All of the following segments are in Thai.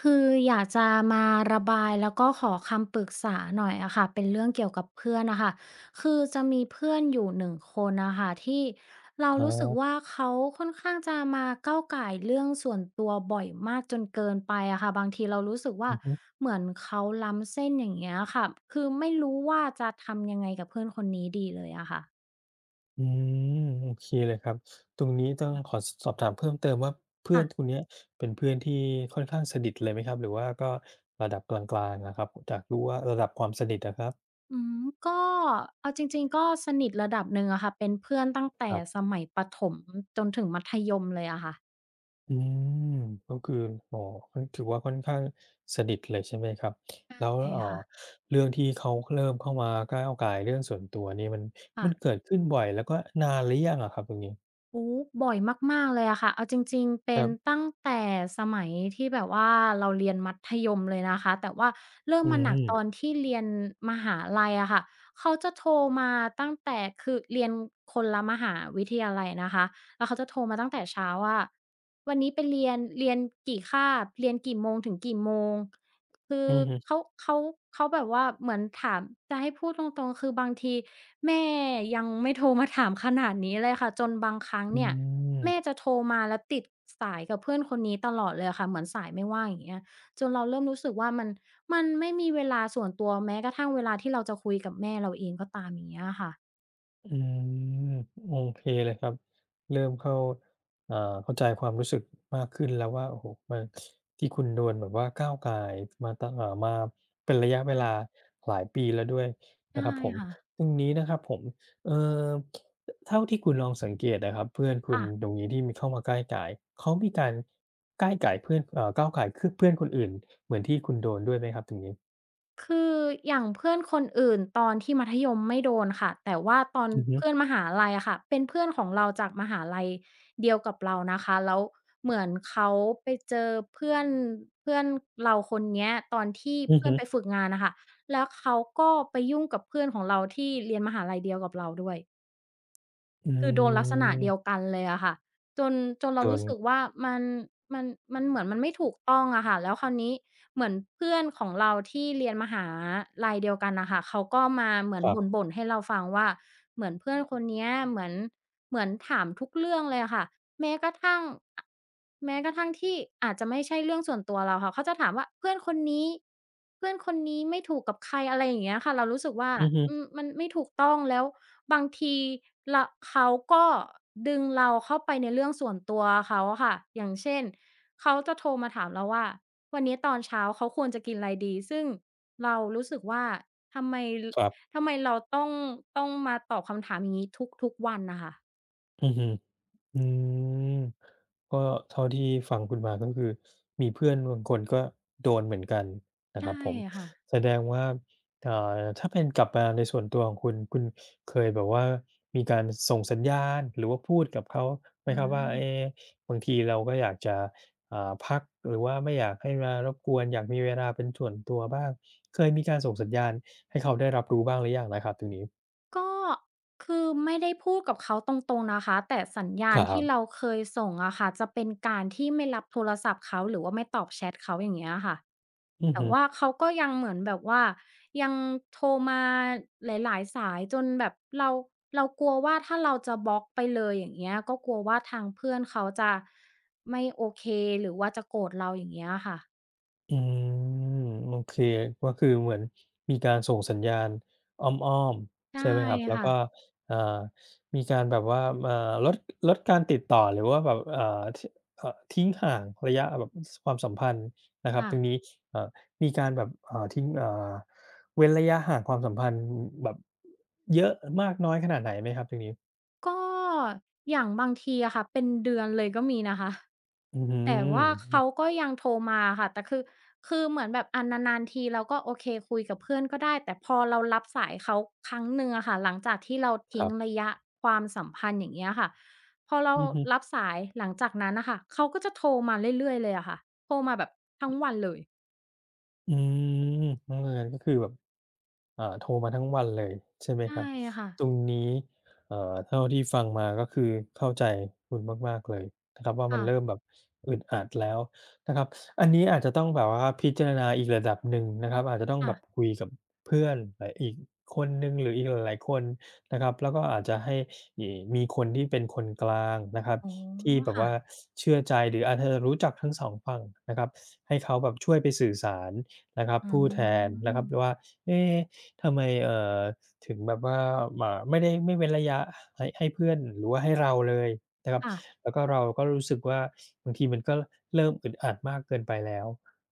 คืออยากจะมาระบายแล้วก็ขอคำปรึกษาหน่อยอะค่ะเป็นเรื่องเกี่ยวกับเพื่อนนะคะคือจะมีเพื่อนอยู่หนึ่งคนน่ะคะที่เราครัรู้สึกว่าบเขาค่อนข้างจะมาก้าวก่ายเรื่องส่วนตัวบ่อยมากจนเกินไปอะค่ะบางทีเรารู้สึกว่าอือฮึเหมือนเขาล้ำเส้นอย่างเงี้ยค่ะคือไม่รู้ว่าจะทำยังไงกับเพื่อนคนนี้ดีเลยอะค่ะอืมโอเคเลยครับตรงนี้ต้องขอสสอบถามเพิ่มเติมว่าเพื่อค่ะ นคนเนี้ยเป็นเพื่อนที่ค่อนข้างสนิทเลยไหมครับหรือว่าก็ระดับกลางๆอะครับอยากรู้ว่าระดับความสนิทอะครับอืมก็เอาจริงๆก็สนิทระดับหนึ่งอะค่ะเป็นเพื่อนตั้งคแต่รัสบมัยประถมจนถึงมัธยมเลยอะค่ะอืมก็คืออ๋อก็ถือว่าค่อนข้างสนิทเลยใช่ไหมครับแล้วใช่ค่ะเรื่องที่เขาเริ่มเข้ามาก้าวก่ายเรื่องส่วนตัวนี่มันค่ะเกิดขึ้นบ่อยแล้วก็นานหรือยังอะครับตรงนี้โอ้บ่อยมากๆเลยอะค่ะเอาจริงๆคเป็รันบตั้งแต่สมัยที่แบบว่าเราเรียนมัธยมเลยนะคะแต่ว่าเริ่มอืมาหนักตมอนที่เรียนมหาลัยอะค่ะเขาจะโทรมาตั้งแต่คือเรียนคนละมหาวิทยาลัยนะคะแล้วเขาจะโทรมาตั้งแต่เช้าว่าวันนี้ไปเรียนกี่คาบเรียนกี่โมงถึงกี่โมง คืออือฮึเขาเขาเขาแบบว่าเหมือนถามจะให้พูดตรงๆ คือบางทีแม่ยังไม่โทรมาถามขนาดนี้เลยค่ะจนบางครั้งอืเนี่ยแม่ม จะโทรมาแล้วติดสายกับเพื่อนคนนี้ตลอดเลยอะค่ะเหมือนสายไม่ว่างอย่างเงี้ยจนเราเริ่มรู้สึกว่ามันไม่มีเวลาส่วนตัวแม้กระทั่งเวลาที่เราจะคุยกับแม่เราเองก็ตามอย่างเงี้ยอะค่ะอืมโอเคเลยครับเริ่มเข้าอ่าเข้าใจความรู้สึกมากขึ้นแล้วว่าโอ้โฮมันที่คุณโดนแบบว่าก้าวก่ายมาตะเอ่ามาเป็นระยะเวใช่ลาหลายปีแล้วด้วยนะใช่ครับผมค่ะตรงนี้นะครับผมเอ่อเท่าที่คุณลองสังเกตนะครับเพื่อนคุณค่ะ ตรงนี้ที่มีเข้ามาก้าวก่ายเขามีการก้าวก่ายเพื่อนก้าวก่ายคือเพื่อนคนอื่นเหมือนที่คุณโดนด้วยไหมครับตรงนี้คืออย่างเพื่อนคนอื่นตอนที่มัธยมไม่โดนค่ะแต่ว่าตอนอือฮึเพื่อนมหาลัยอะค่ะเป็นเพื่อนของเราจากมหาลัยเดียวกับเรานะคะแล้วเหมือนเขาไปเจอเพื่อนเพื่อนเราคนเนี้ยตอนที่อือเพื่อฮึนไปฝึกงานนะคะแล้วเขาก็ไปยุ่งกับเพื่อนของเราที่เรียนมหาลัยเดียวกับเราด้วย อืคือโดนลักษณะเดียวมกันเลยอะค่ะจนจนเราโดนรู้สึกว่ามันมันมันเหมือนมันไม่ถูกต้องอะค่ะแล้วคราวนี้เหมือนเพื่อนของเราที่เรียนมหาลัยเดียวกันน่ะค่ะเขาก็มาเหมือคนรับบ่นๆให้เราฟังว่าเหมือนเพื่อนคนเนี้ยเหมือนถามทุกเรื่องเลยอะค่ะแม้กระทั่งอ แม้กระทั่งที่อาจจะไม่ใช่เรื่องส่วนตัวเราค่ะเขาจะถามว่าเพื่อนคนนี้ไม่ถูกกับใครอะไรอย่างเงี้ยค่ะเรารู้สึกว่าอือฮึอืมมันไม่ถูกต้องแล้วบางทีละเขาก็ดึงเราเข้าไปในเรื่องส่วนตัวเขาอะค่ะอย่างเช่นเขาจะโทรมาถามเราว่าวันนี้ตอนเช้าเขาควรจะกินอะไรดีซึ่งเรารู้สึกว่าทำไมครับ ทำไมเราต้องมาตอบคำถามอย่างงี้ทุกๆวันน่ะค่ะอือฮึอืมก็เท่าที่ฟังคุณมาก็คือมีเพื่อนบางคนก็โดนเหมือนกันนะคใช่รับผมค่ะ แสดงว่าอ่าถ้าเป็นกลับมาในส่วนตัวของคุณคุณเคยแบบว่ามีการส่งสัญญาณหรือว่าพูดกับเขาไหมครับว่าบางทีเราก็อยากจะพักหรือว่าไม่อยากให้มารบกวนอยากมีเวลาเป็นส่วนตัวบ้างเคยมีการส่งสัญญาณให้เขาได้รับรู้บ้างหรือยังนะครับตรงนี้ก็คือไม่ได้พูดกับเขาตรงๆนะคะแต่สัญญาคณรัที่บเราเคยส่งอะค่ะจะเป็นการที่ไม่รับโทรศัพท์เขาหรือว่าไม่ตอบแชตเขาอย่างเงี้ยค่ะอือแต่ฮึ ว่าเขาก็ยังเหมือนแบบว่ายังโทรมาหลายๆสายจนแบบเรากลัวว่าถ้าเราจะบล็อกไปเลยอย่างเงี้ยก็กลัวว่าทางเพื่อนเขาจะไม่โอเคหรือว่าจะโกรธเราอย่างเงี้ยค่ะอืโอเคก็คือเหมือนมีการส่งสัญญาณอ้อมๆใช่ใช่ไหมครับแล้วก็ค่ะอ่ามีการแบบว่าอ่าลดการติดต่อหรือว่าแบบอ่าททิ้งห่างระยะแบบสความสัมพันธ์นะครับค่ะตรงนี้เอ่อมีการแบบอ่าทิ้งอ่าเว้นระยะห่างความสัมพันธ์แบบเยอะมากน้อยขนาดไหนไหมครับตรงนี้ก็อย่างบางทีอะค่ะเป็นเดือนเลยก็มีนะคะ อื้อฮืแต่อว่าเขาก็ยังโทรมาค่ะแต่คือเหมือนแบบอะนานๆทีเราก็โอเคคุยกับเพื่อนก็ได้แต่พอเรารับสายเขาครั้งหนึ่งอะค่ะหลังจากที่เราคทิ้งรับระยะความสัมพันธ์อย่างเงี้ยค่ะพอเราอือฮึรับสายหลังจากนั้นน่ะค่ะเขาก็จะโทรมาเรื่อยๆเลยอะค่ะโทรมาแบบทั้งวันเลยอืมเออก็คือแบบ โทรมาทั้งวันเลยใช่ไหมใช่ครับค่ะตรงนี้เท่าที่ฟังมาก็คือเข้าใจคุณมากๆเลยนะครับว่ามันค่ะเริ่มแบบอึดอัดแล้วนะครับอันนี้อาจจะต้องแบบว่าพิจารณาอีกระดับหนึ่งนะครับอาจจะต้องแบค่ะบคุยกับเพื่อนหลายอีกคนหนึ่งหรืออีกหลายๆคนนะครับแล้วก็อาจจะให้อีมีคนที่เป็นคนกลางนะครับอ๋อที่แบบค่ะว่าเชื่อใจหรืออาจจะรู้จักทั้งสองฝั่งนะครับให้เขาแบบช่วยไปสื่อสารนะครับอืผู้แทนนะครับมว่าเอ๊ ทำไมถึงแบบว่าไม่เว้นระยะให้เพื่อนหรือว่าให้เราเลยนะครับค่ะแล้วก็เราก็รู้สึกว่าบางทีมันก็เริ่มอึดอัดมากเกินไปแล้ว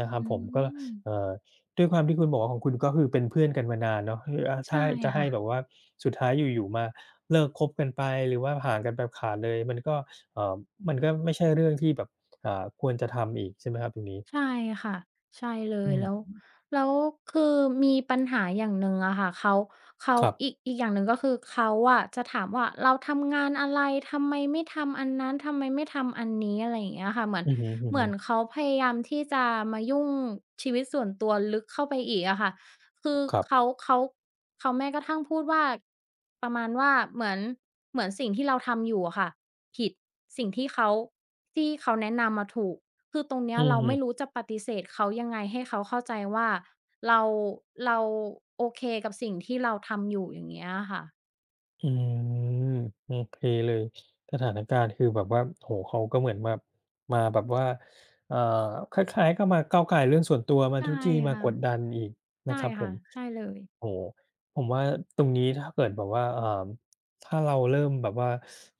นะครับอืผมก็มเอ่อด้วยความที่คุณบอกว่าของคุณก็คือเป็นเพื่อนกันมานานเนาะคือถ้าใช่จะให้ค่ะ แบบว่าสุดท้ายอยู่ๆมาเลิกคบกันไปหรือว่าห่างกันแบบขาดเลยมันก็เอ่อมันก็ไม่ใช่เรื่องที่แบบควรจะทำอีกใช่ไหมครับตรงนี้ใช่ค่ะใช่เลยอืมแล้วคือมีปัญหาอย่างหนึ่งอะค่ะเขาเขาครับอีกอย่างหนึ่งก็คือเขาอะจะถามว่าเราทำงานอะไรทำไมไม่ทำอันนั้นทำไมไม่ทำอันนี้อะไรอย่างเงี้ยค่ะอือฮึเหมือนเขาพยายามที่จะมายุ่งชีวิตส่วนตัวลึกเข้าไปอีกอะค่ะคือๆครับเขาเขาเขาแม้กระทั่งพูดว่าประมาณว่าเหมือนสิ่งที่เราทำอยู่อะค่ะผิดสิ่งที่เขาแนะนำอะถูก คือตรงเนี้อืยอเราฮึ ไม่รู้จะปฏิเสธเขายังไงให้เขาเข้าใจว่าเราเราโอเคกับสิ่งที่เราทำอยู่อย่างเงี้ยอะค่ะอืมโอเคเลยสถานการณ์คือแบบว่าโอ้โฮเขาก็เหมือนแบบมาแบบว่าเอ่อคล้ายๆก็มาก้าวก่ายเรื่องส่วนตัวมาใช่จู้จี้มากดดัค่ะนอีกนะคใช่รับผค่ะมใช่เลยโอ้โฮผมว่าตรงนี้ถ้าเกิดแบบว่าถ้าเราเริ่มแบบว่า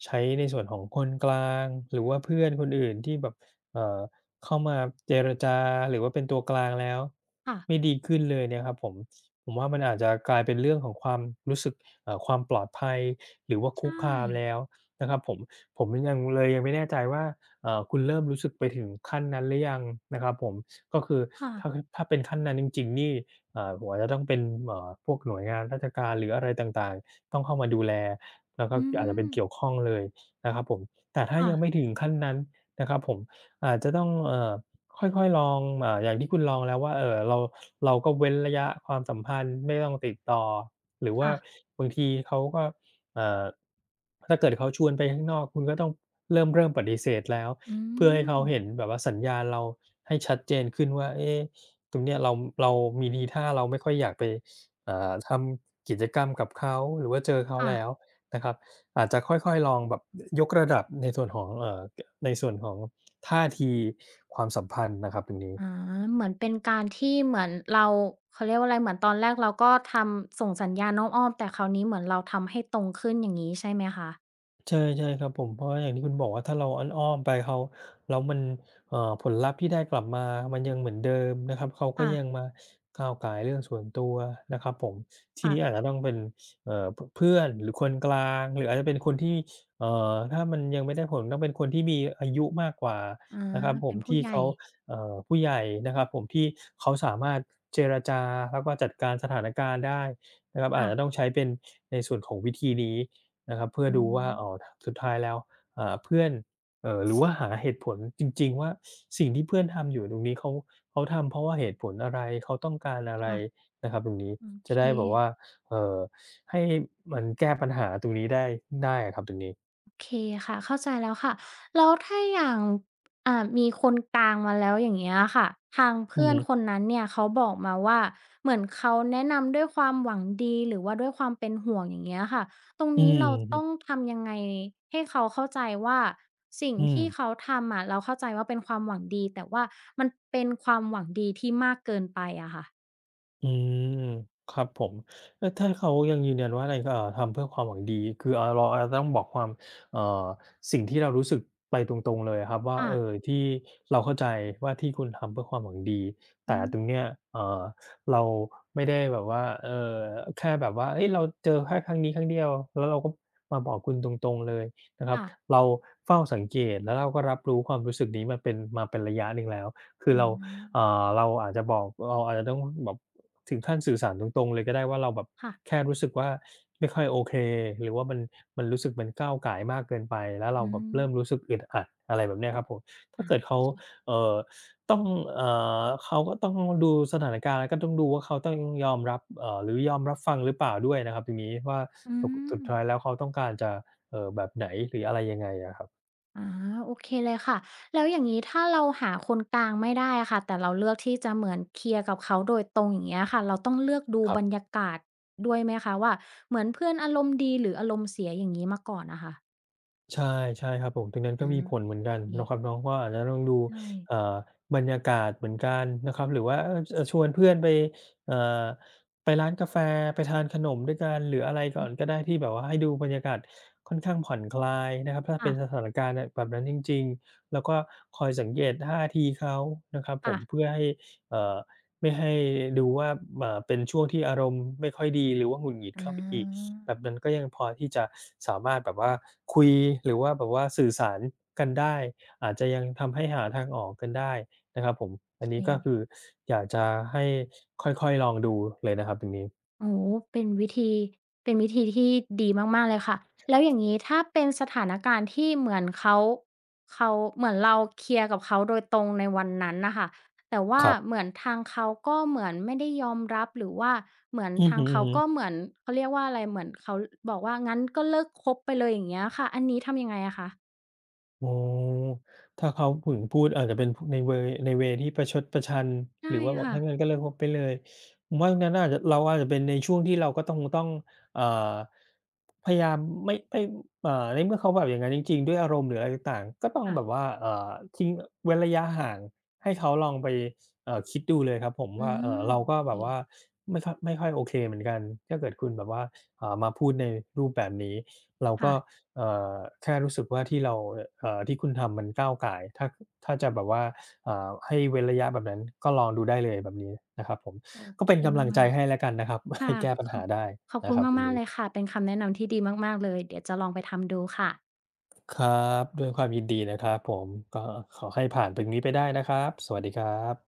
ใช้ในส่วนของคนกลางหรือว่าเพื่อนคนอื่นที่แบบเอ่อเข้ามาเจรจาหรือว่าเป็นตัวกลางแล้วไม่ค่ะดีขึ้นเลยเนี่ยครับผมผมว่ามันอาจจะกลายเป็นเรื่องของความรู้สึก ความปลอดภัยหรือว่าคุใช่กคามแล้วนะครับผมผมเลยยังไม่แน่ใจว่าคุณเริ่มรู้สึกไปถึงขั้นนั้นหรือยังนะครับผมก็คือค่ะถ้าถ้าเป็นขั้นนั้นจริงๆนี่ผมอาจจะต้องเป็นพวกหน่วยงานราชการหรืออะไรต่างๆต้องเข้ามาดูแลแล้วก็อือาจจะเป็นมเกี่ยวข้องเลยนะครับผมแต่ถ้าค่ะยังไม่ถึงขั้นนั้นนะครับผมอาจจะต้องค่อยๆลองอย่างที่คุณลองแล้วว่าเราก็เว้นระยะความสัมพันธ์ไม่ต้องติดต่อ หรือว่าค่ะบางทีเขาก็เอ่อถ้าเกิดเขาชวนไปข้างนอกคุณก็ต้องเริ่มปฏิเสธแล้วอืเพื่อให้มเขาเห็นแบบว่าสัญญาณเราให้ชัดเจนขึ้นว่าเอ๊ะตรงเนี้ยเรามีทีท่าเราไม่ค่อยอยากไปทำกิจกรรมกับเขาหรือว่าเจอเขาค่ะแล้วนะครับอาจจะค่อยๆลองแบบยกระดับในส่วนของในส่วนของท่าทีความสัมพันธ์นะครับตรงนี้ อ๋อเหมือนเป็นการที่เหมือนเราเขาเรียกว่าอะไรเหมือนตอนแรกเราก็ทำส่งสัญญาณอ้อมๆแต่คราวนี้เหมือนเราทำให้ตรงขึ้นอย่างงี้ใช่ไหมคะใช่ใช่ครับผมเพราะว่าอย่างที่คุณบอกว่าถ้าเราอ้อมๆไปเขาแล้วมันผลลัพธ์ที่ได้กลับมามันยังเหมือนเดิมนะครับเขาก็ค่ะยังมาก้าวก่ายเรื่องส่วนตัวนะครับผมทีค่ะนี้อาจจะต้องเป็นเอ่อพเพื่อนหรือคนกลางหรืออาจจะเป็นคนที่ถ้ามันยังไม่ได้ผลต้องเป็นคนที่มีอายุมากกว่าอ๋อนะครับผมเป็นผู้ที่ใหญ่เขาผู้ใหญ่นะครับผมที่เขาสามารถเจรจาแล้วก็จัดการสถานการณ์ได้นะครับอาจจะต้อค่ะงใช้เป็นในส่วนของวิธีนี้ นะครับเพื่ออืดูว่ามอ๋อสุดท้ายแล้วเพื่อนหรือว่าหาเหตุผลจริงๆว่าสิ่งที่เพื่อนทำอยู่ตรงนี้เขาทำเพราะว่าเหตุผลอะไรเขาต้องการอะไรค่ะ นะครับตรงนี้โอจะเคได้แบบว่าเอ่อให้มันแก้ปัญหาตรงนี้ได้ได้อะครับตรงนี้โอเคค่ะเข้าใจแล้วค่ะแล้วถ้าอย่างมีคนกลางมาแล้วอย่างเงี้ยค่ะทางอือเพื่อนฮึคนนั้นเนี่ยเขาบอกมาว่าเหมือนเขาแนะนำด้วยความหวังดีหรือว่าด้วยความเป็นห่วงอย่างเงี้ยค่ะตรงอืนี้เราต้องมทำยังไงให้เขาเข้าใจว่าสิ่งอืออืม ที่เขาทำอะเราเข้าใจว่าเป็นความหวังดีแต่ว่ามันเป็นความหวังดีที่มากเกินไปอะค่ะอืมครับผมถ้าเขายังยืนยันว่าอะไรทำเพื่อความหวังดีคือเราอาจจะต้องบอกความเอ่อสิ่งที่เรารู้สึกไปตรงๆเลยอะครับว่าค่ะที่เราเข้าใจว่าที่คุณทำเพื่อความหวังดีแต่อืมตรงเนี้ยเอ่อเราไม่ได้แบบว่าแค่แบบว่าเฮ้ยเราเจอแค่ครั้งนี้ครั้งเดียวแล้วเราก็มาบอกคุณตรงๆเลยนะครับค่ะเราเฝ้าสังเกตแล้วเราก็รับรู้ความรู้สึกนี้มาเป็นระยะหนึ่งแล้วคืออาเราเราอาจจะบอกเราอาจจะต้องแบบ ถึงขั้นสื่อสารตรงๆเลยก็ได้ว่าเราแบบค่ะแค่รู้สึกว่าไม่ค่อยโอเคหรือว่ามันรู้สึกมันก้าวก่ายมากเกินไปแล้วเราอืแบบมเริ่มรู้สึกอึดอัดอะไรแบบเนี้ยครับผมถ้าอาเกิดโอเขาเคเอ่อต้องเอ่เขาก็ต้องดูสถานการณ์แล้วก็ต้องดูว่าเขาต้องยอมรับหรือยอมรับฟังหรือเปล่าด้วยนะครับตรงนี้ว่าอืสุดสุม ดท้ายแล้วเขาต้องการจะแบบไหนหรืออะไรยังไงอะครับอาโอเคเลยค่ะแล้วอย่างนี้ถ้าเราหาคนกลางไม่ได้ค่ะแต่เราเลือกที่จะเหมือนเคลียร์กับเขาโดยตรงอย่างเงี้ยค่ะเราต้องเลือกดูครับรรบ ยากาศด้วยไหมคะว่าเหมือนเพื่อนอารมณ์ดีหรืออารมณ์เสียอย่างนี้มาก่อนนะค่ะใช่ใช่ครับผมตรงนั้นก็มีผลเหมือนกันนะครับเอเนาะว่าอาจจะต้องดูใช่เอ่อบรรยากาศเหมือนกันนะครับหรือว่าเออชวนเพื่อนไปเอ่อไปร้านกาแฟไปทานขนมด้วยกันหรืออะไรอืก่ออนก็ได้ที่แบบว่าให้ดูบรรยากาศค่อนข้างผ่อนคลายนะครับถ้าเป็ค่ะนสถานการณ์น่ะแบบนั้นจริงๆแล้วก็คอยสังเกตท่าทีเขานะครับๆผมอาเพื่อให้เอ่อไม่ให้ดูว่าเป็นช่วงที่อารมณ์ไม่ค่อยดีหรือว่าหงุดหงิดโเข้าไปอีก แบบนั้นก็ยังพอที่จะสามารถแบบว่าคุยหรือว่าแบบว่าสื่อสารกันได้อาจจะยังทำให้หาทางออกกันได้นะครับผมอันอเค นี้ก็คืออยากจะให้ค่อยๆลองดูเลยนะครับตรงนี้โอ้โฮเป็นวิธีเป็นวิธีที่ดีมากๆเลยค่ะ แล้วอย่างงี้ถ้าเป็นสถานการณ์ที่เหมือนเขาเหมือนเราเคลียร์กับเขาโดยตรงในวันนั้นน่ะค่ะแต่ว่าครับเหมือนทางเขาก็เหมือนไม่ได้ยอมรับหรือว่าเหมือนอือทาฮึงเขาก็ๆ เหมือนเขาเรียกว่าอะไรเหมือนเขาบอกว่างั้นก็เลิกคบไปเลยอย่างเงี้ยค่ะ อันนี้ทำยังไงอะคะอ๋อถ้าเขาถึงพูดอาจจะเป็นพในเวในเวย์ที่ประชดประชันใช่หรือว่าบอกค่ะถ้างั้นก็เลิกคบไปเลยผมว่าตรงนั้นอาจจะเราอาจจะเป็นในช่วงที่เราก็ต้องอ่าพยายามไม่ในเมื่อเขาแบบอย่างงั้นจริงๆด้วยอารมณ์หรืออะไรต่างๆก็ต้องแบบค่ะว่าทิ้งเว้นระยะห่างให้เขาลองไปคิดดูเลยครับผมอืว่ามเราก็โอแบเคบว่าไม่ค่อยโอเคเหมือนกันถ้าเกิดคุณแบบว่ามาพูดในรูปแบบนี้เราค่ะ ก็ เอ่อแค่รู้สึกว่าที่เราที่คุณทำมันก้าวก่ายถ้าถ้าจะแบบว่าให้เว้นระยะแบบนั้นก็ลองดูได้เลยแบบนี้นะครับผมโอก็เคเป็นกำลังใจมากให้แล้วกันนะครับ ๆ ให้ค่ะแก้ปัญขอหาบได้ขอบนะคุคณรับตรงมากๆนี้เลยค่ะ เป็นคำแนะนำที่ดีมากๆเลย เดี๋ยวจะลองไปทำดูค่ะครับด้วยความยินดีนะครับผมก็ขอให้ผ่านตรงนี้ไปได้นะครับสวัสดีครับ